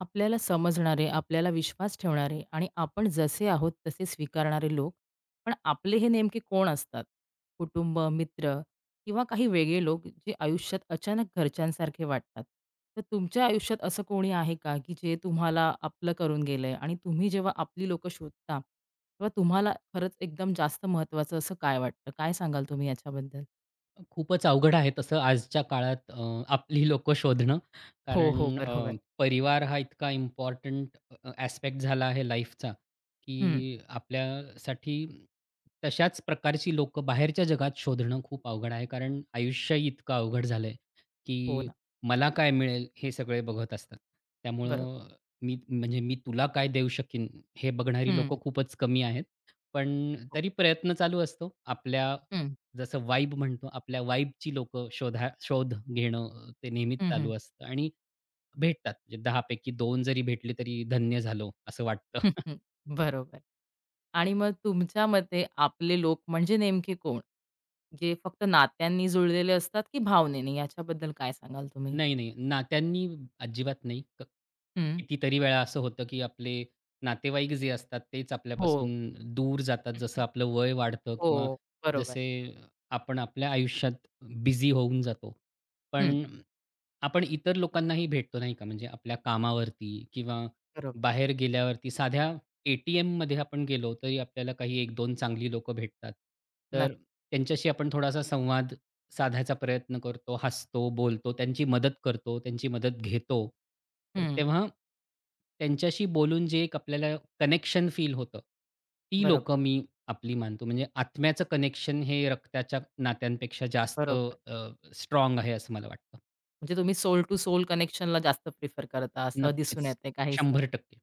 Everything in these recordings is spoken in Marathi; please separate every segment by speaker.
Speaker 1: आपल्याला समजणारे, आपल्याला विश्वास ठेवणारे आणि आपण जसे आहोत तसे स्वीकारणारे लोक. पण आपले हे नेमके कोण असतात? कुटुंब, मित्र किंवा काही वेगळे लोक जे आयुष्यात अचानक घरच्यांसारखे वाटतात. तर तुमच्या आयुष्यात असं कोणी आहे का, की जे तुम्हाला आपलं करून गेलंय आणि तुम्ही जेव्हा आपली लोकं शोधता, तेव्हा तुम्हाला खरंच एकदम जास्त महत्त्वाचं असं काय वाटतं? काय सांगाल तुम्ही याच्याबद्दल?
Speaker 2: खूपच अवघड आहे तसं आजच्या काळात, आपली लोकं शोधणं.
Speaker 1: हो,
Speaker 2: कारण
Speaker 1: हो. बरोबर.
Speaker 2: परिवार हा इतका इम्पॉर्टंट ॲस्पेक्ट झाला आहे लाईफचा,
Speaker 1: हं.
Speaker 2: की आपल्यासाठी तशाच प्रकारची लोकं बाहेरच्या जगात शोधणं खूप अवघड आहे. कारण आयुष्यही इतकं अवघड झालंय,
Speaker 1: हो
Speaker 2: की
Speaker 1: ना.
Speaker 2: मला काय मिळेल हे सगळे बघत असतात.
Speaker 1: बरोबर.
Speaker 2: त्यामुळं मी तुला काय देऊ शकीन हे बघणारी
Speaker 1: हं.
Speaker 2: लोकं खूपच कमी आहेत. पण
Speaker 1: हो.
Speaker 2: तरी प्रयत्न चालू असतो आपल्या.
Speaker 1: हं.
Speaker 2: जसं वाइब म्हणतो, आपल्या वाइबची लोकं शोध घेणं ते नेहमीच
Speaker 1: हं, हं.
Speaker 2: चालू असतं आणि भेटतात. म्हणजे 10 पैकी दोन जरी भेटले तरी धन्य झालो असं
Speaker 1: हं,
Speaker 2: वाटतं.
Speaker 1: हं. बरोबर. आणि मग तुमच्या मते आपले लोक म्हणजे नेमके कोण? जे फक्त नात्यांनी जुळलेले असतात की भावनेने? याच्याबद्दल काय सांगाल तुम्ही?
Speaker 2: नाही, नाही. नात्यांनी अजिबात नाही.
Speaker 1: हं.
Speaker 2: कितीतरी वेळा असं होतं, की आपले नातेवाईक जे असतात तेच
Speaker 1: हो,
Speaker 2: आपल्यापासून दूर जातात. जसं आपलं वय वाढतं किंवा
Speaker 1: हो. बरोबर.
Speaker 2: जसे आपण आपल्या आयुष्यात बिझी होऊन जातो. पण
Speaker 1: हं.
Speaker 2: आपण इतर लोकांनाही भेटतो नाही का? म्हणजे आपल्या कामावरती किंवा
Speaker 1: बरोबर.
Speaker 2: बाहेर गेल्यावरती साध्या ए-टी-एममध्ये आपण गेलो तरी आपल्याला काही 1-2 चांगली लोकं भेटतात. तर
Speaker 1: नक्क
Speaker 2: त्यांच्याशी आपण थोडासा संवाद साधायचा प्रयत्न करतो, हसतो, बोलतो, त्यांची मदत करतो, त्यांची मदत घेतो. तर
Speaker 1: हं.
Speaker 2: तेव्हा त्यांच्याशी बोलून जे एक आपल्याला कनेक्शन फील होतं, ती
Speaker 1: बरोबर,
Speaker 2: लोक मी आपली मानतो. म्हणजे आत्म्याचं कनेक्शन हे रक्ताच्या नात्यांपेक्षा जास्त
Speaker 1: बरोबर.
Speaker 2: स्ट्राँग आहे असं मला वाटतं.
Speaker 1: म्हणजे तुम्ही सोल टू सोल कनेक्शनला जास्त प्रिफर करता असं दिसून
Speaker 2: नक्कीच.
Speaker 1: येतंय काहीसं.
Speaker 2: 100%.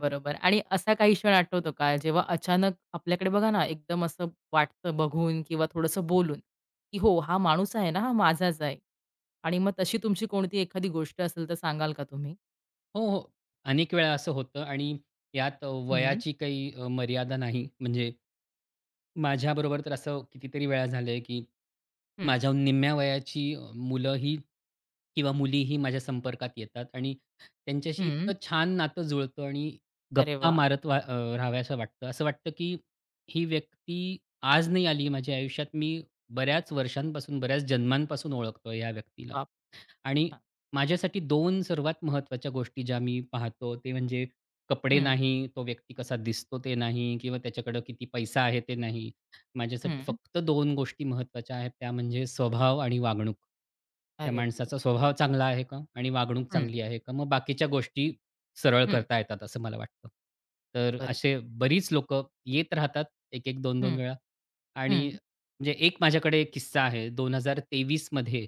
Speaker 1: बरोबर आणि असा काही क्षण आठवतो का, जेव्हा अचानक आपल्याकडे बघा ना, एकदम असं वाटतं बघून किंवा थोडंसं बोलून, की हो, हा माणूस आहे ना, हा माझाच आहे. आणि मग तशी तुमची कोणती एखादी गोष्ट असेल तर सांगाल का तुम्ही?
Speaker 2: हो, हो. अनेक वेळा असं होतं आणि यात
Speaker 1: हं,
Speaker 2: वयाची काही मर्यादा नाही. म्हणजे माझ्याबरोबर तर असं कितीतरी वेळा झालंय, की
Speaker 1: हं,
Speaker 2: माझ्याहून निम्म्या वयाची मुलं ही किंवा मुलीही माझ्या संपर्कात येतात आणि त्यांच्याशी
Speaker 1: हं.
Speaker 2: इतकं छान नातं जुळतं आणि
Speaker 1: अरे
Speaker 2: गप्पा
Speaker 1: वाह!
Speaker 2: मारत राहाव्यासं वाटतं. असं वाटतं, की ही व्यक्ती आज नाही आली माझ्या आयुष्यात. मी बऱ्याच वर्षांपासून, बऱ्याच जन्मांपासून ओळखतोय ह्या व्यक्तीला.
Speaker 1: बाप
Speaker 2: आणि
Speaker 1: हां.
Speaker 2: माझ्यासाठी 2 सर्वात महत्त्वाच्या गोष्टी ज्या मी पाहतो, ते म्हणजे कपडे
Speaker 1: हं,
Speaker 2: नाही, तो व्यक्ती कसा दिसतो ते नाही किंवा त्याच्याकडं किती पैसा आहे ते नाही. माझ्यासाठी
Speaker 1: हं.
Speaker 2: फक्त दोन गोष्टी महत्त्वाच्या आहेत, त्या म्हणजे स्वभाव आणि वागणूक. त्या
Speaker 1: अरे वाह!
Speaker 2: माणसाचा स्वभाव चांगला आहे का? आणि वागणूक
Speaker 1: हं,
Speaker 2: चांगली आहे का? मग बाकीच्या गोष्टी सरळ
Speaker 1: हं.
Speaker 2: करता येतात असं मला वाटतं. तर
Speaker 1: बरं.
Speaker 2: असे बरीच लोकं येत राहतात 1-1, 2-2
Speaker 1: हं,
Speaker 2: वेळा. आणि
Speaker 1: हं.
Speaker 2: म्हणजे एक माझ्याकडे एक किस्सा आहे. 2023 मध्ये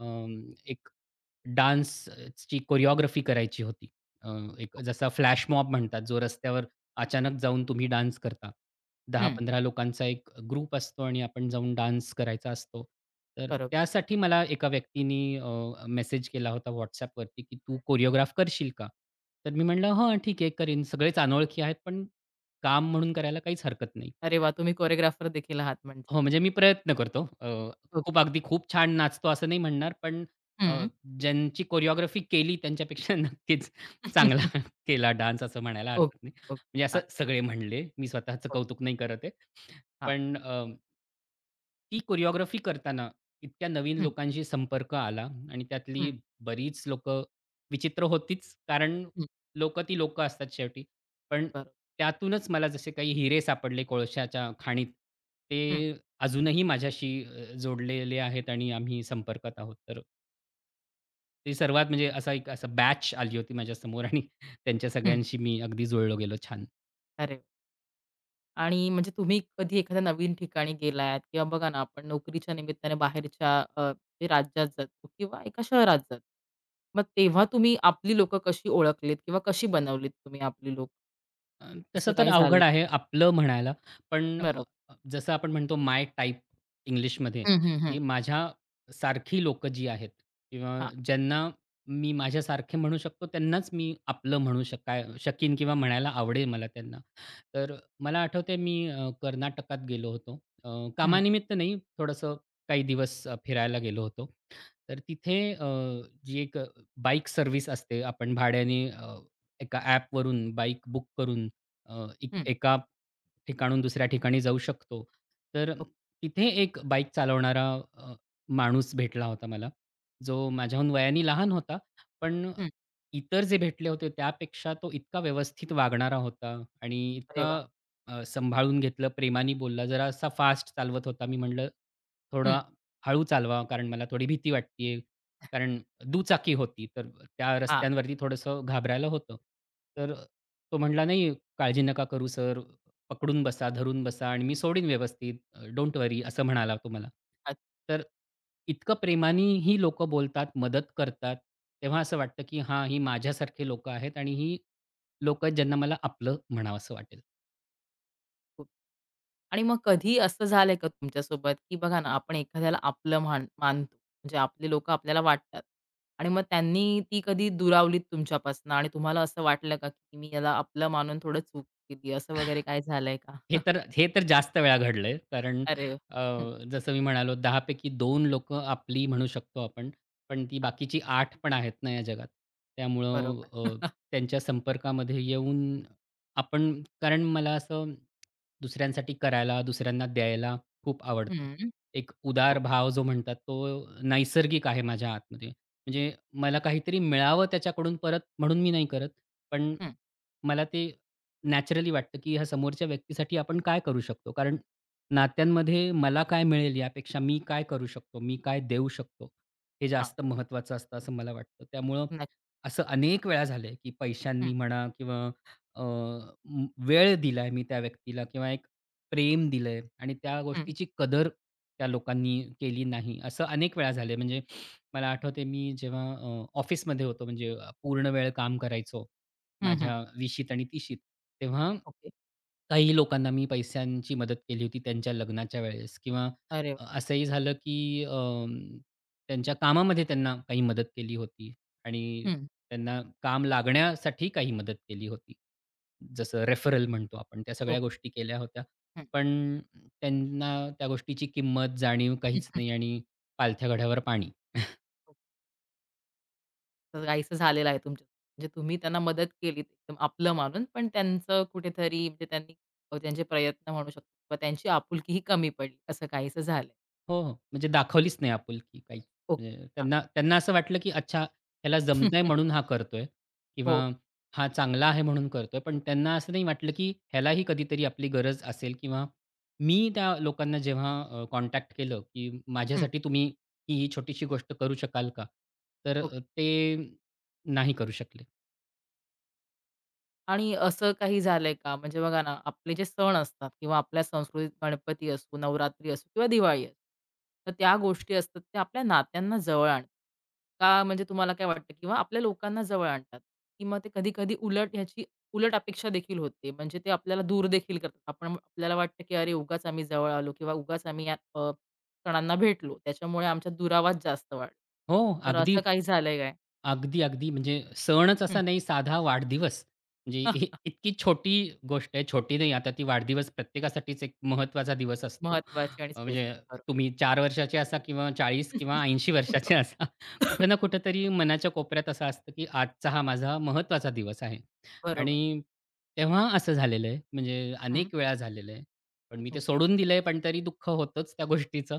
Speaker 2: अं, एक डान्सची कोरिओग्राफी करायची होती. अ, एक
Speaker 1: हो.
Speaker 2: जसा फ्लॅश मॉब म्हणतात, जो रस्त्यावर अचानक जाऊन तुम्ही डान्स करता. 15 लोकांचा एक ग्रुप असतो आणि आपण जाऊन डान्स करायचा असतो. तर
Speaker 1: बरोबर.
Speaker 2: त्यासाठी मला एका व्यक्तीनी मेसेज केला होता WhatsAppवरती, की "तू कोरिओग्राफ करशील का?" तर मी म्हटलं, "हां, ठीक आहे, करीन." सगळेच अनोळखी आहेत, पण काम म्हणून करायला काहीच हरकत नाही.
Speaker 1: अरे वाह! तुम्ही कोरिओग्राफर देखील आहात म्हणजे.
Speaker 2: हो, म्हणजे मी प्रयत्न करतो. खूप
Speaker 1: ओके.
Speaker 2: अगदी खूप छान नाचतो असं नाही म्हणणार, पण अ,
Speaker 1: हं.
Speaker 2: ज्यांची कोरिओग्राफी केली त्यांच्यापेक्षा नक्कीच चांगला केला डान्स असं म्हणायला
Speaker 1: ओके,
Speaker 2: हरकत नाही.
Speaker 1: ओके.
Speaker 2: म्हणजे असं
Speaker 1: हां,
Speaker 2: सगळे म्हणले. मी स्वतःचं
Speaker 1: ओके.
Speaker 2: कौतुक नाही करत आहे.
Speaker 1: हां.
Speaker 2: पण ती कोरिओग्राफी करताना इतक्या नवीन
Speaker 1: हं,
Speaker 2: लोकांशी संपर्क आला आणि त्यातली
Speaker 1: हं,
Speaker 2: बरीच लोकं विचित्र होतीच, कारण
Speaker 1: हं,
Speaker 2: लोकं ती लोकं असतात शेवटी. पण
Speaker 1: बरोबर.
Speaker 2: त्यातूनच मला जसे काही हिरे सापडले कोळशाच्या खाणीत, ते अजूनही माझ्याशी जोडलेले आहेत आणि आम्ही संपर्कात आहोत. तर ते सर्वात म्हणजे असा बॅच आली होती माझ्यासमोर आणि त्यांच्या
Speaker 1: हं.
Speaker 2: सगळ्यांशी मी अगदी जुळलो गेलो छान.
Speaker 1: अरे! वा. आणि म्हणजे तुम्ही कधी एखाद्या नवीन ठिकाणी गेलात किंवा बघा ना, आपण नोकरीच्या निमित्ताने बाहेरच्या म्हणजे राज्यात जातो किंवा एका शहरात जातो. मग तेव्हा तुम्ही आपली लोक कशी ओळखलीत किंवा कशी बनवलीत तुम्ही आपली लोक? असं
Speaker 2: तसं तर
Speaker 1: काही झालंय
Speaker 2: अवघड
Speaker 1: का?
Speaker 2: आहे आपलं म्हणायला. पण अ,
Speaker 1: बरोबर.
Speaker 2: अ, जसं आपण म्हणतो माय टाइप इंग्लिशमध्ये,
Speaker 1: हं, हं, हं.
Speaker 2: की माझ्यासारखी लोकं जी आहेत किंवा
Speaker 1: हां.
Speaker 2: ज्यांना मी माझ्यासारखे म्हणू शकतो त्यांनाच मी आपलं म्हणू शकाय शकीन किंवा म्हणायला आवडेल मला त्यांना. तर मला आठवतंय मी कर्नाटकात गेलो होतो.
Speaker 1: हं,
Speaker 2: कामानिमित्त नाही, थोडंसं काही दिवस फिरायला गेलो होतो. तर तिथे जी एक बाईक सर्व्हिस असते आपण भाड्याने, एका ॲपवरून बाईक बुक करून अ, एक
Speaker 1: हं.
Speaker 2: एका ठिकाणाहून दुसऱ्या ठिकाणी जाऊ शकतो. तर
Speaker 1: ओके.
Speaker 2: तिथे एक बाईक चालवणारा अ, माणूस भेटला होता मला, जो माझ्याहून वयाने लहान होता. पण
Speaker 1: हं.
Speaker 2: इतर जे भेटले होते त्यापेक्षा तो इतका व्यवस्थित वागणारा होता आणि
Speaker 1: अरे
Speaker 2: इतका
Speaker 1: वाह!
Speaker 2: सांभाळून घेतलं, प्रेमाने बोलला. जरा असा फास्ट चालवत होता. मी म्हटलं, "थोडा
Speaker 1: हं.
Speaker 2: हळू चालवा, कारण मला थोडी भीती वाटतेय." कारण दुचाकी होती, तर त्या
Speaker 1: हां.
Speaker 2: रस्त्यांवरती थोडंसं घाबरायला होतं. तर तो म्हणाला, "नाही, काळजी नका करू सर, पकडून बसा, धरून बसा आणि मी सोडीन व्यवस्थित, डोंट वरी," असं म्हणाला तो मला. तर इतकं प्रेमाने ही लोकं बोलतात, मदत करतात, तेव्हा असं वाटतं, की हां, ही माझ्यासारखे लोकं आहेत आणि ही लोकं ज्यांना मला आपलं म्हणावसं वाटेल.
Speaker 1: खूप. आणि मग कधी असं झालंय का तुमच्यासोबत, की बघा ना, आपण एखाद्याला आपलं मान मानतो. म्हणजे आपली लोकं आपल्याला वाटतात आणि मग त्यांनी ती कधी दुरावलीत तुमच्यापासून आणि तुम्हाला असं वाटलं का, की मी याला आपलं मानून थोडं चूक केली, असं वगैरे काय झालंय का?
Speaker 2: हे तर जास्त वेळा घडलंय. कारण
Speaker 1: अरे वाह!
Speaker 2: अ,
Speaker 1: हं,
Speaker 2: जसं मी म्हणालो 10 पैकी 2 लोकं आपली म्हणू शकतो आपण. पण ती
Speaker 1: हां,
Speaker 2: बाकीची 8 पण आहेत ना या जगात. त्यामुळं
Speaker 1: बरोबर.
Speaker 2: अ, त्यांच्या संपर्कामध्ये येऊन आपण, कारण मला असं दुसऱ्यांसाठी करायला, दुसऱ्यांना द्यायला खूप आवडतं.
Speaker 1: हं,
Speaker 2: एक
Speaker 1: हो,
Speaker 2: उदार भाव जो म्हणतात तो नैसर्गिक आहे माझ्या आतमध्ये. म्हणजे मला काहीतरी मिळावं त्याच्याकडून परत म्हणून मी नाही करत. पण
Speaker 1: हं,
Speaker 2: मला ते नॅचरली वाटतं, की ह्या समोरच्या व्यक्तीसाठी आपण काय करू शकतो? कारण नात्यांमध्ये मला काय मिळेल यापेक्षा मी काय करू शकतो, मी काय देऊ शकतो, हे
Speaker 1: हां,
Speaker 2: जास्त महत्त्वाचं असतं असं मला वाटतं. त्यामुळं
Speaker 1: नक्की.
Speaker 2: असं अनेक वेळा झालंय, की
Speaker 1: हं,
Speaker 2: पैशांनी म्हणा किंवा अ, म वेळ दिलाय मी त्या व्यक्तीला किंवा एक प्रेम दिलंय आणि त्या
Speaker 1: हं,
Speaker 2: गोष्टीची कदर त्या लोकांनी केली नाही. असं अनेक वेळा झालंय. म्हणजे मला आठवतंय मी जेव्हा ऑफिसमध्ये होतो, म्हणजे पूर्ण वेळ काम करायचो
Speaker 1: हं, हं.
Speaker 2: माझ्या 20शीत आणि 30शीत, तेव्हा
Speaker 1: ओके.
Speaker 2: काही लोकांना मी पैशांची मदत केली होती त्यांच्या लग्नाच्या वेळेस किंवा
Speaker 1: अरे वाह!
Speaker 2: असंही झालं की त्यांच्या कामामध्ये त्यांना काही मदत केली होती आणि
Speaker 1: हं,
Speaker 2: त्यांना काम लागण्यासाठी काही मदत केली होती. जसं रेफरल म्हणतो आपण, त्या सगळ्या
Speaker 1: ओके.
Speaker 2: गोष्टी केल्या होत्या.
Speaker 1: हं,
Speaker 2: पण त्यांना त्या गोष्टीची किंमत, जाणीव काहीच
Speaker 1: हं.
Speaker 2: नाही आणि पालथ्या घड्यावर पाणी.
Speaker 1: तर काहीसं झालेलं आहे तुमच्या म्हणजे तुम्ही त्यांना मदत केली एकदम आपलं मानून, पण त्यांचं कुठेतरी म्हणजे त्यांनी त्यांचे प्रयत्न म्हणू शकतो किंवा त्यांची आपुलकी ही कमी पडली, असं काहीसं झालंय.
Speaker 2: हो, हो. म्हणजे दाखवलीच नाही आपुलकी काहीच.
Speaker 1: ओके.
Speaker 2: म्हणजे
Speaker 1: हां.
Speaker 2: त्यांना त्यांना असं वाटलं, की अच्छा ह्याला जमतंय म्हणून हा करतोय किंवा
Speaker 1: हो.
Speaker 2: हा चांगला आहे म्हणून करतोय. पण त्यांना असं नाही वाटलं, की ह्यालाही कधीतरी आपली गरज असेल किंवा मी त्या लोकांना जेव्हा कॉन्टॅक्ट केलं, की
Speaker 1: हं.
Speaker 2: माझ्यासाठी तुम्ही ही छोटीशी गोष्ट करू शकाल का? तर ते नाही करू शकले.
Speaker 1: आणि असं काही झालंय का? म्हणजे बघा ना, आपले जे सण असतात किंवा आपल्या संस्कृतीत गणपती असो, नवरात्री असो किंवा दिवाळी असो. तर त्या गोष्टी असतात त्या आपल्या नात्यांना जवळ आणतात. का म्हणजे तुम्हाला काय वाटतं किंवा आपल्या लोकांना जवळ आणतात, की मग ते कधी-कधी उलट ह्याची उलट अपेक्षा देखील होते. म्हणजे ते आपल्याला दूर देखील करतात. आपण आपल्याला वाटतं, की अरे उगाच आम्ही जवळ आलो किंवा उगाच आम्ही या सणांना भेटलो. त्याच्यामुळे आमचा दुरावास जास्त वाढला.
Speaker 2: हो,
Speaker 1: तर असं
Speaker 2: अगदी
Speaker 1: काही झालंय काय?
Speaker 2: अगदी, अगदी. म्हणजे सणच
Speaker 1: हं.
Speaker 2: असा नाही, साधा वाढदिवस. म्हणजे इतकी छोटी गोष्ट आहे. छोटी नाही, आता ती वाढदिवस प्रत्येकासाठीच एक महत्वाचा दिवस असतो.
Speaker 1: महत्वाची आणि स्पेशल.
Speaker 2: म्हणजे
Speaker 1: बरोबर.
Speaker 2: तुम्ही 4 वर्षाचे असा किंवा 40 किंवा 80 वर्षाचे असा, कुठे ना कुठेतरी मनाच्या कोपऱ्यात असं असतं, की आजचा हा माझा महत्त्वाचा दिवस आहे.
Speaker 1: बरोबर.
Speaker 2: आणि तेव्हा असं झालेलं आहे, म्हणजे
Speaker 1: हं.
Speaker 2: अनेक वेळा झालेलं आहे. पण मी ते
Speaker 1: ओके.
Speaker 2: सोडून दिलंय, पण तरी दुःख होतंच त्या गोष्टीचं.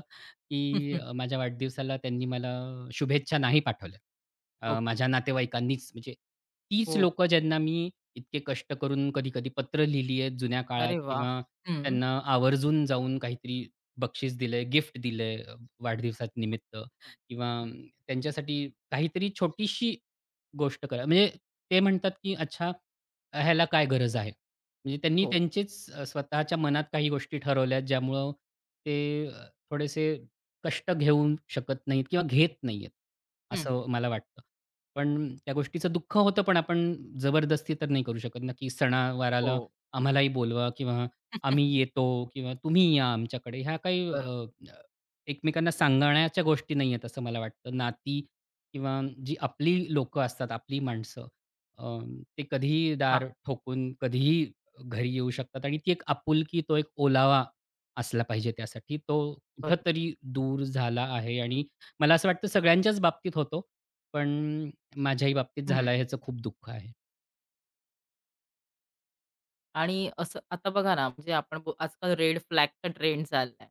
Speaker 1: हं,
Speaker 2: की
Speaker 1: हं.
Speaker 2: माझ्या वाढदिवसाला त्यांनी मला शुभेच्छा नाही पाठवल्या.
Speaker 1: ओके.
Speaker 2: माझ्या नातेवाईकांनीच, म्हणजे तीच
Speaker 1: हो, हो.
Speaker 2: लोकं ज्यांना मी इतके कष्ट करून कधी-कधी पत्र लिहिली आहेत जुन्या काळात
Speaker 1: अरे वाह!
Speaker 2: किंवा
Speaker 1: हं.
Speaker 2: त्यांना आवर्जून जाऊन काहीतरी बक्षीस दिलंय, गिफ्ट दिलंय वाढदिवसानिमित्त
Speaker 1: हं,
Speaker 2: किंवा
Speaker 1: हं.
Speaker 2: त्यांच्यासाठी काहीतरी छोटीशी गोष्ट करा. म्हणजे ते म्हणतात की "अच्छा, ह्याला काय गरज आहे?" म्हणजे त्यांनी
Speaker 1: हो.
Speaker 2: त्यांचेच, स्वतःच्या मनात काही गोष्टी ठरवल्या ज्यामुळं ते थोडेसे कष्ट घेऊ शकत नाहीत किंवा घेत नाहीयेत,
Speaker 1: हं, हं.
Speaker 2: असं मला वाटतं. पण त्या गोष्टीचं दुःख होतं, पण आपण जबरदस्ती तर नाही करू शकत ना, की सणावाराला
Speaker 1: हो,
Speaker 2: आम्हालाही बोलवा किंवा आम्ही येतो किंवा तुम्ही या आमच्याकडे. ह्या काही
Speaker 1: बरोबर.
Speaker 2: एकमेकांना सांगण्याच्या गोष्टी नाहीयेत असं मला वाटतं. नाती किंवा जी आपली लोकं असतात, आपली माणसं अ, ते कधीही दार
Speaker 1: हां,
Speaker 2: ठोकून, कधीही घरी येऊ शकतात आणि ती एक आपुलकी, तो एक ओलावा असला पाहिजे त्यासाठी. तो
Speaker 1: बरोबर.
Speaker 2: कुठेतरी दूर झाला आहे आणि मला असं वाटतं सगळ्यांच्याच बाबतीत होतो, पण माझ्याही बाबतीत
Speaker 1: हं.
Speaker 2: झाला आहे, ह्याचं खूप दुःख आहे.
Speaker 1: आणि असं आता बघा ना, म्हणजे आपण आजकाल रेड फ्लॅगचा ट्रेंड चाललाय.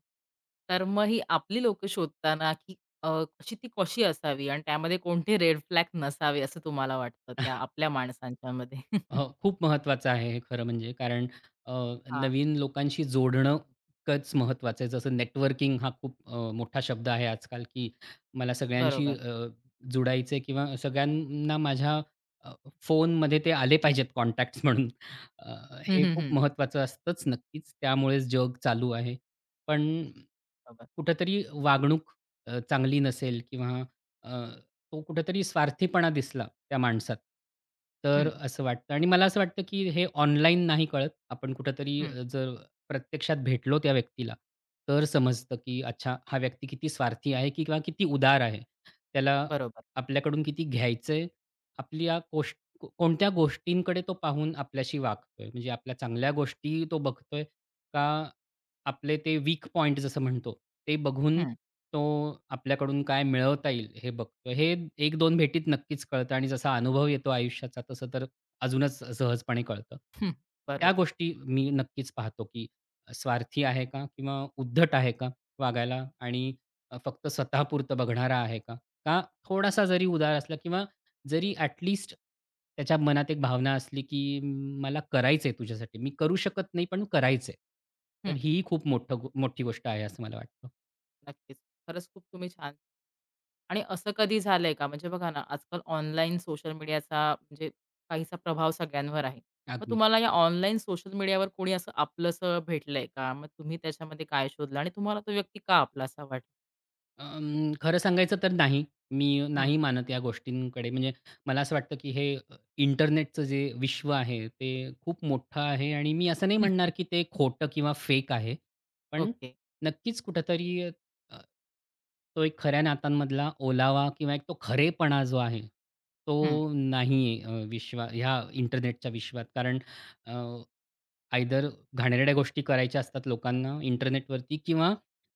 Speaker 1: तर मग ही आपली लोकं शोधताना, की अ, कशी ती कशी असावी आणि त्यामध्ये कोणते रेड फ्लॅग नसावे असं तुम्हाला वाटतं त्या आपल्या माणसांच्यामध्ये? हां,
Speaker 2: हो, खूप महत्त्वाचं आहे हे खरं म्हणजे. कारण अ, नवीन लोकांशी जोडणं इतकंच महत्त्वाचं आहे. जसं नेटवर्किंग हा खूप मोठा शब्द आहे आजकाल, की मला सगळ्यांशी
Speaker 1: बरोबर.
Speaker 2: जुडायचं आहे किंवा सगळ्यांना माझ्या अ, फोनमध्ये ते आले पाहिजेत कॉन्टॅक्ट्स म्हणून. अ,
Speaker 1: हं,
Speaker 2: हे
Speaker 1: हं,
Speaker 2: खूप
Speaker 1: हं.
Speaker 2: महत्त्वाचं असतंच नक्कीच. त्यामुळेच जग चालू आहे. पण
Speaker 1: बरोबर.
Speaker 2: कुठेतरी वागणूक चांगली नसेल किंवा अ तो कुठेतरी स्वार्थीपणा दिसला त्या माणसात. तर
Speaker 1: हं,
Speaker 2: असं वाटतं आणि मला असं वाटतं, की हे ऑनलाईन नाही कळत. आपण कुठेतरी,
Speaker 1: हं.
Speaker 2: जर प्रत्यक्षात भेटलो त्या व्यक्तीला, तर समजतं, की अच्छा हा व्यक्ती किती स्वार्थी आहे की किंवा किती उदार आहे. त्याला
Speaker 1: बरोबर.
Speaker 2: आपल्याकडून किती घ्यायचंय, आपल्या कोणत्या गोष्टींकडे तो पाहून आपल्याशी वागतोय. म्हणजे आपल्या चांगल्या गोष्टी तो बघतोय का आपले ते वीक पॉइंट जसं म्हणतो, ते बघून
Speaker 1: हं,
Speaker 2: तो आपल्याकडून काय मिळवता येईल हे बघतो. हे एक दोन भेटीत नक्कीच कळतं आणि जसा अनुभव येतो आयुष्याचा तसं तर अजूनच सहजपणे कळतं.
Speaker 1: हं.
Speaker 2: त्या
Speaker 1: बरोबर.
Speaker 2: गोष्टी मी नक्कीच पाहतो, की स्वार्थी आहे का? किंवा उद्धट आहे का वागायला आणि फक्त स्वतःपुरतं बघणारा आहे का? का थोडासा जरी उदार असला किंवा जरी ॲट लिस्ट त्याच्या मनात एक भावना असली, की " मला करायचंय तुझ्यासाठी. मी करू शकत नाही, पण करायचंय." तर ही खूप मोठी गोष्ट आहे असं मला वाटतं.
Speaker 1: नक्कीच. खरंच खूप तुम्ही छान आणि असं कधी झालंय का? म्हणजे बघा ना, आजकाल ऑनलाईन सोशल मीडियाचा म्हणजे काहीसा प्रभाव सगळ्यांवर आहे. मग
Speaker 2: अगदी.
Speaker 1: तुम्हाला या ऑनलाईन सोशल मीडियावर कोणी असं आपलंसं भेटलंय का? मग तुम्ही त्याच्यामध्ये काय शोधलं आणि तुम्हाला तो व्यक्ती का आपलासा वाटला?
Speaker 2: खरं सांगायचं तर नाही. मी
Speaker 1: हं.
Speaker 2: नाही मानत या गोष्टींकडे. म्हणजे मला असं वाटतं, की हे इंटरनेटचं जे विश्व आहे, ते खूप मोठं आहे आणि मी असं नाही म्हणणार, की ते खोटं किंवा फेक आहे. पण
Speaker 1: ओके.
Speaker 2: नक्कीच कुठेतरी तो एक खऱ्या नात्यांमधला ओलावा किंवा एक तो खरेपणा जो आहे,
Speaker 1: हं,
Speaker 2: तो नाही आहे ह्या इंटरनेटच्या विश्वात. कारण आयदर घाणेरड्या गोष्टी करायच्या असतात लोकांना इंटरनेटवरती किंवा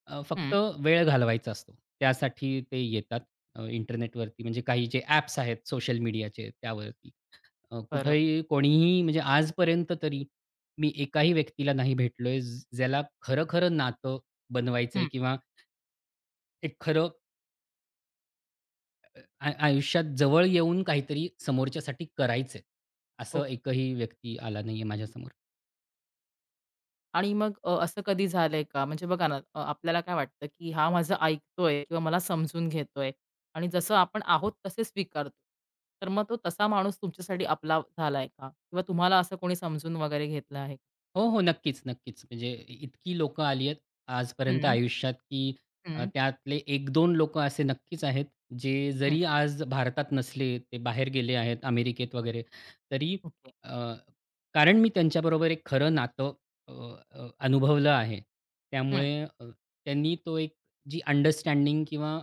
Speaker 1: हं.
Speaker 2: फक्त वेळ घालवायचा असतो. त्यासाठी ते येतात इंटरनेटवरती म्हणजे काही जे ॲप्स आहेत सोशल मीडियाचे त्यावरती.
Speaker 1: बरोबर.
Speaker 2: कुठेही कोणीही, म्हणजे आजपर्यंत तरी मी एकाही व्यक्तीला नाही भेटलोय ज्याला खरं-खरं नातं बनवायचंय
Speaker 1: हं.
Speaker 2: किंवा एक खरं, आयुष्यात जवळ येऊन काहीतरी समोरच्यासाठी करायचंय. असं एकही व्यक्ती आला नाहीये माझ्यासमोर.
Speaker 1: आणि मग असं कधी झालंय का? म्हणजे बघा ना, आपल्याला काय वाटतं, की हा माझं ऐकतोय किंवा मला समजून घेतोय आणि जसं आपण आहोत तसे स्वीकारतो. तर मग तो तसा माणूस तुमच्यासाठी आपला झालाय का? किंवा तुम्हाला असं कोणी समजून वगैरे घेतलं आहे?
Speaker 2: हो, हो. नक्कीच, नक्कीच. म्हणजे इतकी लोकं आली आहेत आजपर्यंत
Speaker 1: हं,
Speaker 2: आयुष्यात, की
Speaker 1: हं,
Speaker 2: त्यातले एक दोन लोकं असे नक्कीच आहेत, जे
Speaker 1: हं.
Speaker 2: जरी आज भारतात नसले, ते बाहेर गेले आहेत अमेरिकेत वगैरे, तरी
Speaker 1: ओके.
Speaker 2: अ, कारण मी त्यांच्याबरोबर एक खरं नातं अ, अ, अनुभवलं आहे.
Speaker 1: हं.
Speaker 2: त्यामुळे अ, त्यांनी तो एक जी अंडरस्टँडिंग किंवा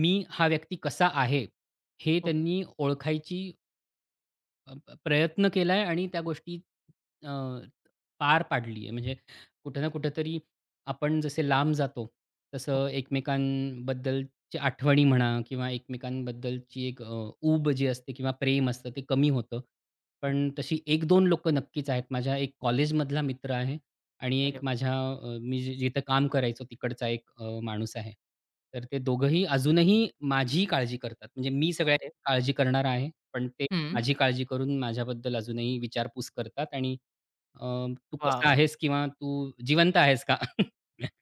Speaker 2: मी हा व्यक्ती कसा आहे, हे
Speaker 1: ओके,
Speaker 2: त्यांनी ओळखायची अ, प प्रयत्न केलाय आणि त्या गोष्टी अ, पार पाडली आहे. म्हणजे कुठे ना कुठेतरी, आपण जसे लांब जातो, तसं
Speaker 1: ओके,
Speaker 2: एकमेकांबद्दलची आठवणी म्हणा किंवा एकमेकांबद्दलची एक ऊब जी असते किंवा प्रेम असतं ते कमी होतं.
Speaker 1: ओके.
Speaker 2: पण तशी 1-2 लोकं नक्कीच आहेत. माझ्या एक कॉलेजमधला मित्र आहे आणि
Speaker 1: अरे
Speaker 2: एक
Speaker 1: वाह!
Speaker 2: माझ्या अ, मी जि जिथं काम करायचो तिकडचा एक माणूस आहे. तर ते दोघंही अजूनही माझी काळजी करतात. म्हणजे मी सगळ्यांची
Speaker 1: अरे
Speaker 2: काळजी करणारा आहे, पण ते
Speaker 1: हं.
Speaker 2: माझी काळजी करून माझ्याबद्दल अजूनही विचारपूस करतात आणि अ, "तू
Speaker 1: वाह!
Speaker 2: कसा
Speaker 1: वाह!
Speaker 2: आहेस?" किंवा "तू जिवंत आहेस का?"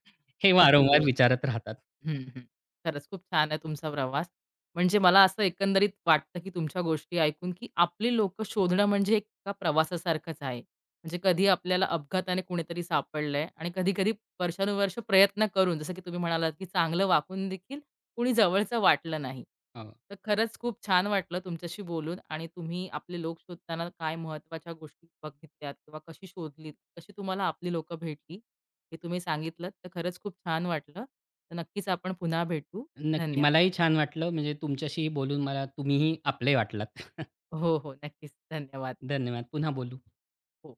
Speaker 2: हे
Speaker 1: किती
Speaker 2: वारंवार विचारत राहतात.
Speaker 1: हं, हं. खरंच खूप छान आहे तुमचा प्रवास. म्हणजे मला असं एकंदरीत वाटतं, की तुमच्या गोष्टी ऐकून, की आपली लोक शोधणं म्हणजे एक एका प्रवासासारखंच आहे. म्हणजे कधी आपल्याला अपघाताने कुणीतरी सापडलंय आणि कधी-कधी वर्षानुवर्ष प्रयत्न करून, जसं की तुम्ही म्हणालात, की चांगलं वाकून देखील कुणी जवळचं वाटलं नाही.
Speaker 2: हो,
Speaker 1: तर खरंच खूप छान वाटलं तुमच्याशी बोलून आणि तुम्ही आपले लोक शोधताना काय महत्त्वाच्या गोष्टी बघितल्यात किंवा कशी शोधलीत, कशी तुम्हाला आपली लोकं भेटली, हे तुम्ही सांगितलंत. तर खरंच खूप छान वाटलं. तर नक्कीच आपण पुन्हा भेटू.
Speaker 2: नक्की.
Speaker 1: धन्यवाद.
Speaker 2: मलाही छान वाटलं, म्हणजे तुमच्याशीही बोलून मला तुम्हीही आपले वाटलात.
Speaker 1: हो, हो. नक्कीच. धन्यवाद.
Speaker 2: धन्यवाद. पुन्हा बोलू.
Speaker 1: हो.